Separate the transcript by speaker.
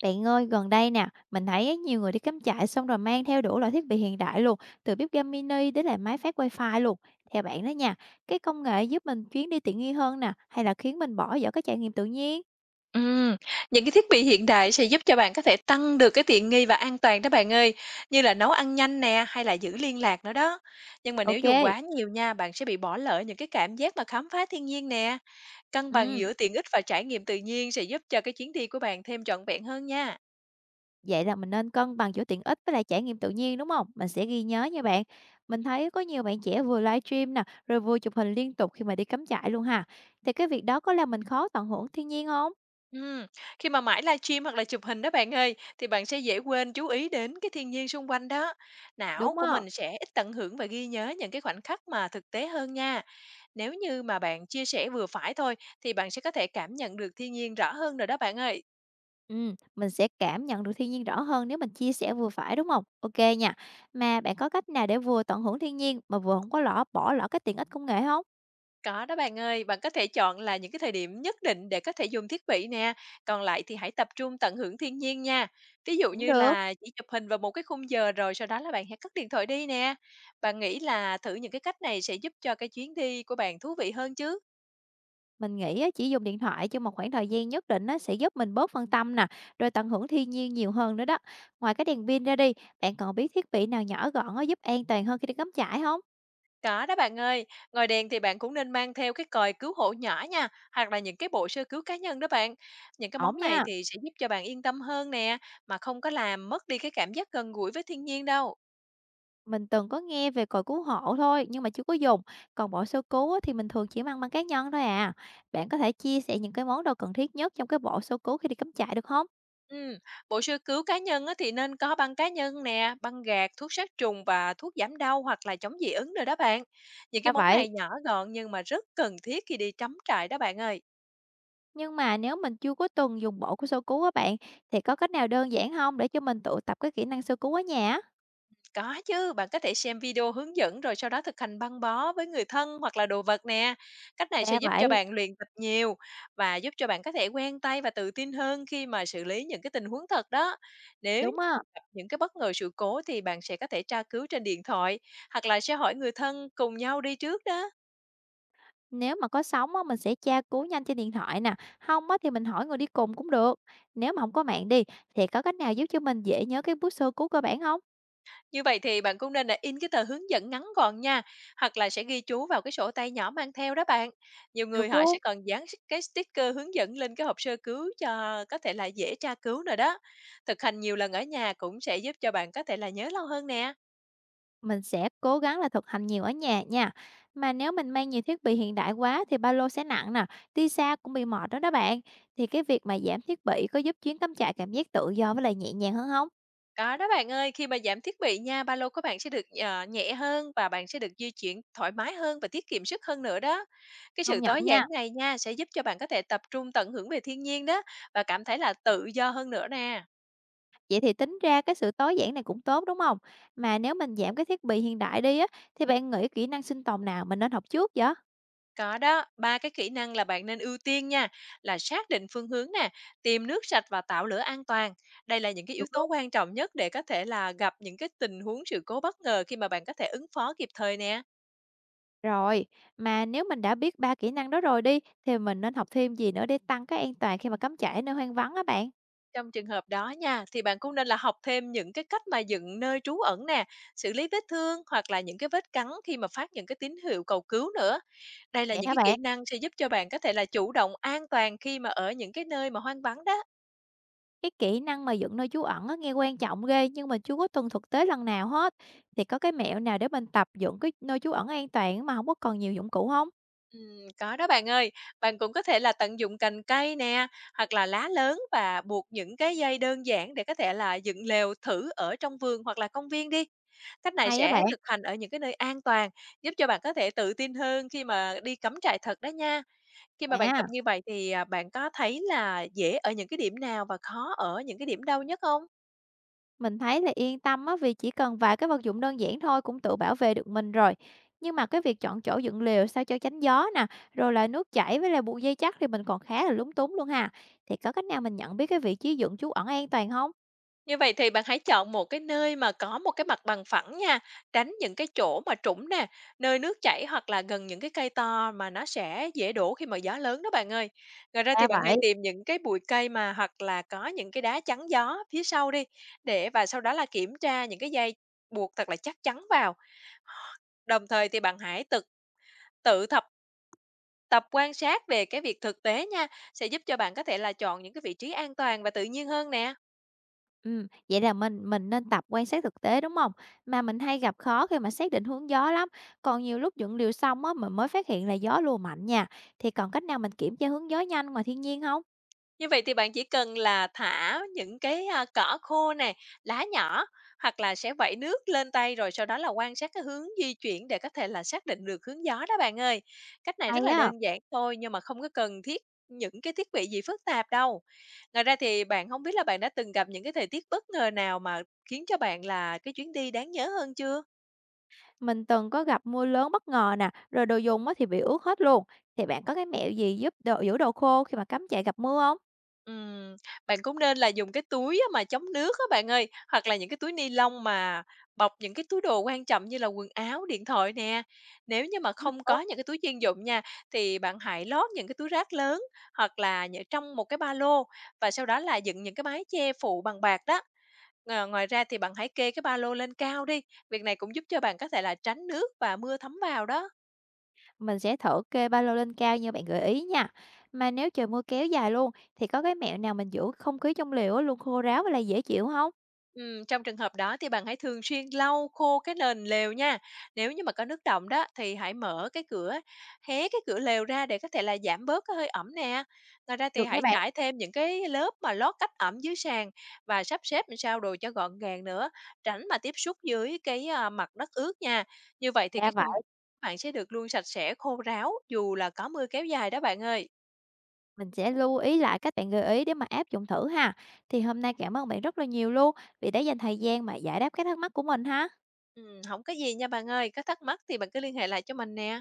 Speaker 1: Bạn ơi, gần đây nè, mình thấy á, nhiều người đi cắm trại xong rồi mang theo đủ loại thiết bị hiện đại luôn, từ bếp ga mini đến là máy phát wifi luôn. Theo bạn đó nha, cái công nghệ giúp mình chuyến đi tiện nghi hơn nè, hay là khiến mình bỏ dở cái trải nghiệm tự nhiên?
Speaker 2: Ừm, những cái thiết bị hiện đại sẽ giúp cho bạn có thể tăng được cái tiện nghi và an toàn đó bạn ơi, như là nấu ăn nhanh nè, hay là giữ liên lạc nữa đó. Nhưng mà nếu
Speaker 1: Ok,
Speaker 2: dùng quá nhiều nha, bạn sẽ bị bỏ lỡ những cái cảm giác mà khám phá thiên nhiên nè. Cân bằng
Speaker 1: ừ,
Speaker 2: giữa tiện ích và trải nghiệm tự nhiên sẽ giúp cho cái chuyến đi của bạn thêm trọn vẹn hơn nha.
Speaker 1: vậy là mình nên cân bằng giữa tiện ích với lại trải nghiệm tự nhiên, đúng không? Mình sẽ ghi nhớ nha bạn. Mình thấy có nhiều bạn trẻ vừa livestream nè, rồi vừa chụp hình liên tục khi mà đi cắm trại luôn ha. Thì cái việc đó có làm mình khó tận hưởng thiên nhiên không?
Speaker 2: Ừm, khi mà mãi livestream hoặc là chụp hình đó bạn ơi, thì bạn sẽ dễ quên chú ý đến cái thiên nhiên xung quanh đó. Não
Speaker 1: Đúng
Speaker 2: của
Speaker 1: không?
Speaker 2: mình sẽ ít tận hưởng và ghi nhớ những cái khoảnh khắc mà thực tế hơn nha. Nếu như mà bạn chia sẻ vừa phải thôi thì bạn sẽ có thể cảm nhận được thiên nhiên rõ hơn rồi đó bạn ơi.
Speaker 1: Mình sẽ cảm nhận được thiên nhiên rõ hơn nếu mình chia sẻ vừa phải, đúng không? OK nha. Mà bạn có cách nào để vừa tận hưởng thiên nhiên mà vừa không có bỏ lỡ cái tiện ích công nghệ không?
Speaker 2: Có đó bạn ơi, bạn có thể chọn là những cái thời điểm nhất định để có thể dùng thiết bị nè, còn lại thì hãy tập trung tận hưởng thiên nhiên nha. Ví dụ
Speaker 1: Cũng
Speaker 2: như
Speaker 1: được,
Speaker 2: là chỉ chụp hình vào một cái khung giờ rồi sau đó là bạn hãy cất điện thoại đi nè. Bạn nghĩ là thử những cái cách này sẽ giúp cho cái chuyến đi của bạn thú vị hơn chứ?
Speaker 1: mình nghĩ á chỉ dùng điện thoại trong một khoảng thời gian nhất định á sẽ giúp mình bớt phân tâm nè, rồi tận hưởng thiên nhiên nhiều hơn nữa đó. Ngoài cái đèn pin ra đi, bạn còn biết thiết bị nào nhỏ gọn á giúp an toàn hơn khi đi cắm trại không?
Speaker 2: Có đó bạn ơi, ngoài đèn thì bạn cũng nên mang theo cái còi cứu hộ nhỏ nha, hoặc là những cái bộ sơ cứu cá nhân đó bạn. Những cái
Speaker 1: Ổn
Speaker 2: món này
Speaker 1: nha.
Speaker 2: thì sẽ giúp cho bạn yên tâm hơn nè, mà không có làm mất đi cái cảm giác gần gũi với thiên nhiên đâu.
Speaker 1: Mình từng có nghe về còi cứu hộ thôi nhưng mà chưa có dùng. Còn bộ sơ cứu á, thì mình thường chỉ mang bằng cá nhân thôi à. Bạn có thể chia sẻ những cái món đồ cần thiết nhất trong cái bộ sơ cứu khi đi cắm trại được không?
Speaker 2: Ừm, bộ sơ cứu cá nhân á thì nên có băng cá nhân nè, băng gạc, thuốc sát trùng và thuốc giảm đau hoặc là chống dị ứng rồi đó bạn. Những cái
Speaker 1: Dạ
Speaker 2: món
Speaker 1: vậy.
Speaker 2: này nhỏ gọn nhưng mà rất cần thiết khi đi cắm trại đó bạn ơi.
Speaker 1: Nhưng mà nếu mình chưa có từng dùng bộ của sơ cứu á bạn, thì có cách nào đơn giản không để cho mình tự tập cái kỹ năng sơ cứu ở nhà? Á?
Speaker 2: Có chứ, bạn có thể xem video hướng dẫn rồi sau đó thực hành băng bó với người thân hoặc là đồ vật nè. Cách này sẽ
Speaker 1: Dạ
Speaker 2: giúp cho
Speaker 1: vậy.
Speaker 2: bạn luyện tập nhiều và giúp cho bạn có thể quen tay và tự tin hơn khi mà xử lý những cái tình huống thật đó. Nếu
Speaker 1: Đúng á.
Speaker 2: gặp những cái bất ngờ sự cố thì bạn sẽ có thể tra cứu trên điện thoại hoặc là sẽ hỏi người thân cùng nhau đi trước đó.
Speaker 1: Nếu mà có sóng á, mình sẽ tra cứu nhanh trên điện thoại nè. Không á, thì mình hỏi người đi cùng cũng được. Nếu mà không có mạng đi thì có cách nào giúp cho mình dễ nhớ cái bước sơ cứu cơ bản không?
Speaker 2: Như vậy thì bạn cũng nên là in cái tờ hướng dẫn ngắn gọn nha, hoặc là sẽ ghi chú vào cái sổ tay nhỏ mang theo đó bạn. Nhiều người
Speaker 1: Được
Speaker 2: họ sẽ
Speaker 1: luôn.
Speaker 2: còn dán cái sticker hướng dẫn lên cái hộp sơ cứu cho có thể là dễ tra cứu nữa đó. Thực hành nhiều lần ở nhà cũng sẽ giúp cho bạn có thể là nhớ lâu hơn nè.
Speaker 1: Mình sẽ cố gắng là thực hành nhiều ở nhà nha. Mà nếu mình mang nhiều thiết bị hiện đại quá thì ba lô sẽ nặng nè, đi xa cũng bị mệt đó đó bạn. Thì cái việc mà giảm thiết bị có giúp chuyến cắm trại cảm giác tự do với lại nhẹ nhàng hơn không?
Speaker 2: Có đó bạn ơi, khi mà giảm thiết bị nha, ba lô của bạn sẽ được nhẹ hơn và bạn sẽ được di chuyển thoải mái hơn và tiết kiệm sức hơn nữa đó. Cái sự
Speaker 1: Công nhận
Speaker 2: tối
Speaker 1: nha.
Speaker 2: giản này nha sẽ giúp cho bạn có thể tập trung tận hưởng về thiên nhiên đó và cảm thấy là tự do hơn nữa nè.
Speaker 1: Vậy thì tính ra cái sự tối giản này cũng tốt, đúng không? Mà nếu mình giảm cái thiết bị hiện đại đi á, thì bạn nghĩ kỹ năng sinh tồn nào mình nên học trước vậy?
Speaker 2: Có đó, 3 cái kỹ năng là bạn nên ưu tiên nha, là xác định phương hướng nè, tìm nước sạch và tạo lửa an toàn. Đây là những cái yếu
Speaker 1: Được
Speaker 2: tố
Speaker 1: luôn.
Speaker 2: quan trọng nhất để có thể là gặp những cái tình huống sự cố bất ngờ khi mà bạn có thể ứng phó kịp thời nè.
Speaker 1: Rồi, mà nếu mình đã biết ba kỹ năng đó rồi đi, thì mình nên học thêm gì nữa để tăng cái an toàn khi mà cắm trại ở nơi hoang vắng á bạn?
Speaker 2: Trong trường hợp đó nha, thì bạn cũng nên là học thêm những cái cách mà dựng nơi trú ẩn nè, xử lý vết thương hoặc là những cái vết cắn khi mà phát những cái tín hiệu cầu cứu nữa. Đây là
Speaker 1: Vậy
Speaker 2: những
Speaker 1: hả
Speaker 2: cái
Speaker 1: bạn?
Speaker 2: kỹ năng sẽ giúp cho bạn có thể là chủ động an toàn khi mà ở những cái nơi mà hoang vắng đó.
Speaker 1: Cái kỹ năng mà dựng nơi trú ẩn á, nghe quan trọng ghê nhưng mình chưa có từng thực tế lần nào hết. Thì có cái mẹo nào để mình tập dựng cái nơi trú ẩn an toàn mà không có cần nhiều dụng cụ không?
Speaker 2: Có đó bạn ơi. Bạn cũng có thể là tận dụng cành cây nè, hoặc là lá lớn và buộc những cái dây đơn giản để có thể là dựng lều thử ở trong vườn hoặc là công viên đi. Cách này
Speaker 1: Hay á
Speaker 2: sẽ
Speaker 1: bạn.
Speaker 2: thực hành ở những cái nơi an toàn, giúp cho bạn có thể tự tin hơn khi mà đi cắm trại thật đó nha. Khi mà bạn tập
Speaker 1: À,
Speaker 2: như vậy thì, bạn có thấy là dễ ở những cái điểm nào và khó ở những cái điểm đâu nhất không?
Speaker 1: mình thấy là yên tâm á, vì chỉ cần vài cái vật dụng đơn giản thôi cũng tự bảo vệ được mình rồi. Nhưng mà cái việc chọn chỗ dựng lều sao cho tránh gió nè, rồi là nước chảy với là buộc dây chắc thì mình còn khá là lúng túng luôn ha. Thì có cách nào mình nhận biết cái vị trí dựng trú ẩn an toàn không?
Speaker 2: Như vậy thì bạn hãy chọn một cái nơi mà có một cái mặt bằng phẳng nha, tránh những cái chỗ mà trũng nè, nơi nước chảy hoặc là gần những cái cây to mà nó sẽ dễ đổ khi mà gió lớn đó bạn ơi. Ngoài ra thì
Speaker 1: Ra
Speaker 2: bạn hãy
Speaker 1: vậy.
Speaker 2: tìm những cái bụi cây mà hoặc là có những cái đá chắn gió phía sau đi để và sau đó là kiểm tra những cái dây buộc thật là chắc chắn vào. Đồng thời thì bạn hãy tự tự tập tập quan sát về cái việc thực tế nha, sẽ giúp cho bạn có thể là chọn những cái vị trí an toàn và tự nhiên hơn nè.
Speaker 1: Vậy là mình nên tập quan sát thực tế, đúng không? Mà mình hay gặp khó khi mà xác định hướng gió lắm, còn nhiều lúc dựng lều xong á, mình mới phát hiện là gió lùa mạnh nha. Thì còn cách nào mình kiểm tra hướng gió nhanh ngoài thiên nhiên không?
Speaker 2: Như vậy thì bạn chỉ cần là thả những cái, cỏ khô này lá nhỏ hoặc là sẽ vẩy nước lên tay, rồi sau đó là quan sát cái hướng di chuyển để có thể là xác định được hướng gió đó bạn ơi. Cách này rất
Speaker 1: Hay
Speaker 2: là
Speaker 1: á,
Speaker 2: đơn giản thôi nhưng mà không có cần thiết những cái thiết bị gì phức tạp đâu. Ngoài ra thì bạn không biết là bạn đã từng gặp những cái thời tiết bất ngờ nào mà khiến cho bạn là cái chuyến đi đáng nhớ hơn chưa?
Speaker 1: mình từng có gặp mưa lớn bất ngờ nè, rồi đồ dùng á thì bị ướt hết luôn. Thì bạn có cái mẹo gì giúp giữ đồ khô khi mà cắm trại gặp mưa hông?
Speaker 2: Ừm, bạn cũng nên là dùng cái túi á mà chống nước á bạn ơi, hoặc là những cái túi ni lông mà bọc những cái túi đồ quan trọng như là quần áo, điện thoại nè. Nếu như mà không có những cái túi chuyên dụng nha, thì bạn hãy lót những cái túi rác lớn hoặc là nhỡ trong một cái ba lô và sau đó là dựng những cái mái che phủ bằng bạc đó. Ngoài ra thì bạn hãy kê cái ba lô lên cao đi. Việc này cũng giúp cho bạn có thể là tránh nước và mưa thấm vào đó.
Speaker 1: Mình sẽ thử kê ba lô lên cao như bạn gợi ý nha. Mà nếu trời mưa kéo dài luôn, thì có cái mẹo nào mình giữ không khí trong lều á luôn khô ráo và là dễ chịu không?
Speaker 2: Trong trường hợp đó thì bạn hãy thường xuyên lau khô cái nền lều nha. Nếu như mà có nước đọng đó thì hãy mở cái cửa, hé cái cửa lều ra để có thể là giảm bớt cái hơi ẩm nè. Ngoài ra thì
Speaker 1: Được nha
Speaker 2: hãy
Speaker 1: bạn.
Speaker 2: trải thêm những cái lớp mà lót cách ẩm dưới sàn và sắp xếp làm sao đồ cho gọn gàng nữa, tránh mà tiếp xúc dưới cái mặt đất ướt nha. Như vậy thì
Speaker 1: Ra
Speaker 2: cái không
Speaker 1: vậy.
Speaker 2: bạn sẽ được luôn sạch sẽ khô ráo dù là có mưa kéo dài đó bạn ơi.
Speaker 1: Mình sẽ lưu ý lại các bạn gợi ý để mà áp dụng thử ha. Thì hôm nay cảm ơn bạn rất là nhiều luôn vì đã dành thời gian mà giải đáp các thắc mắc của mình ha.
Speaker 2: Không có gì nha bạn ơi, có thắc mắc thì bạn cứ liên hệ lại cho mình nè.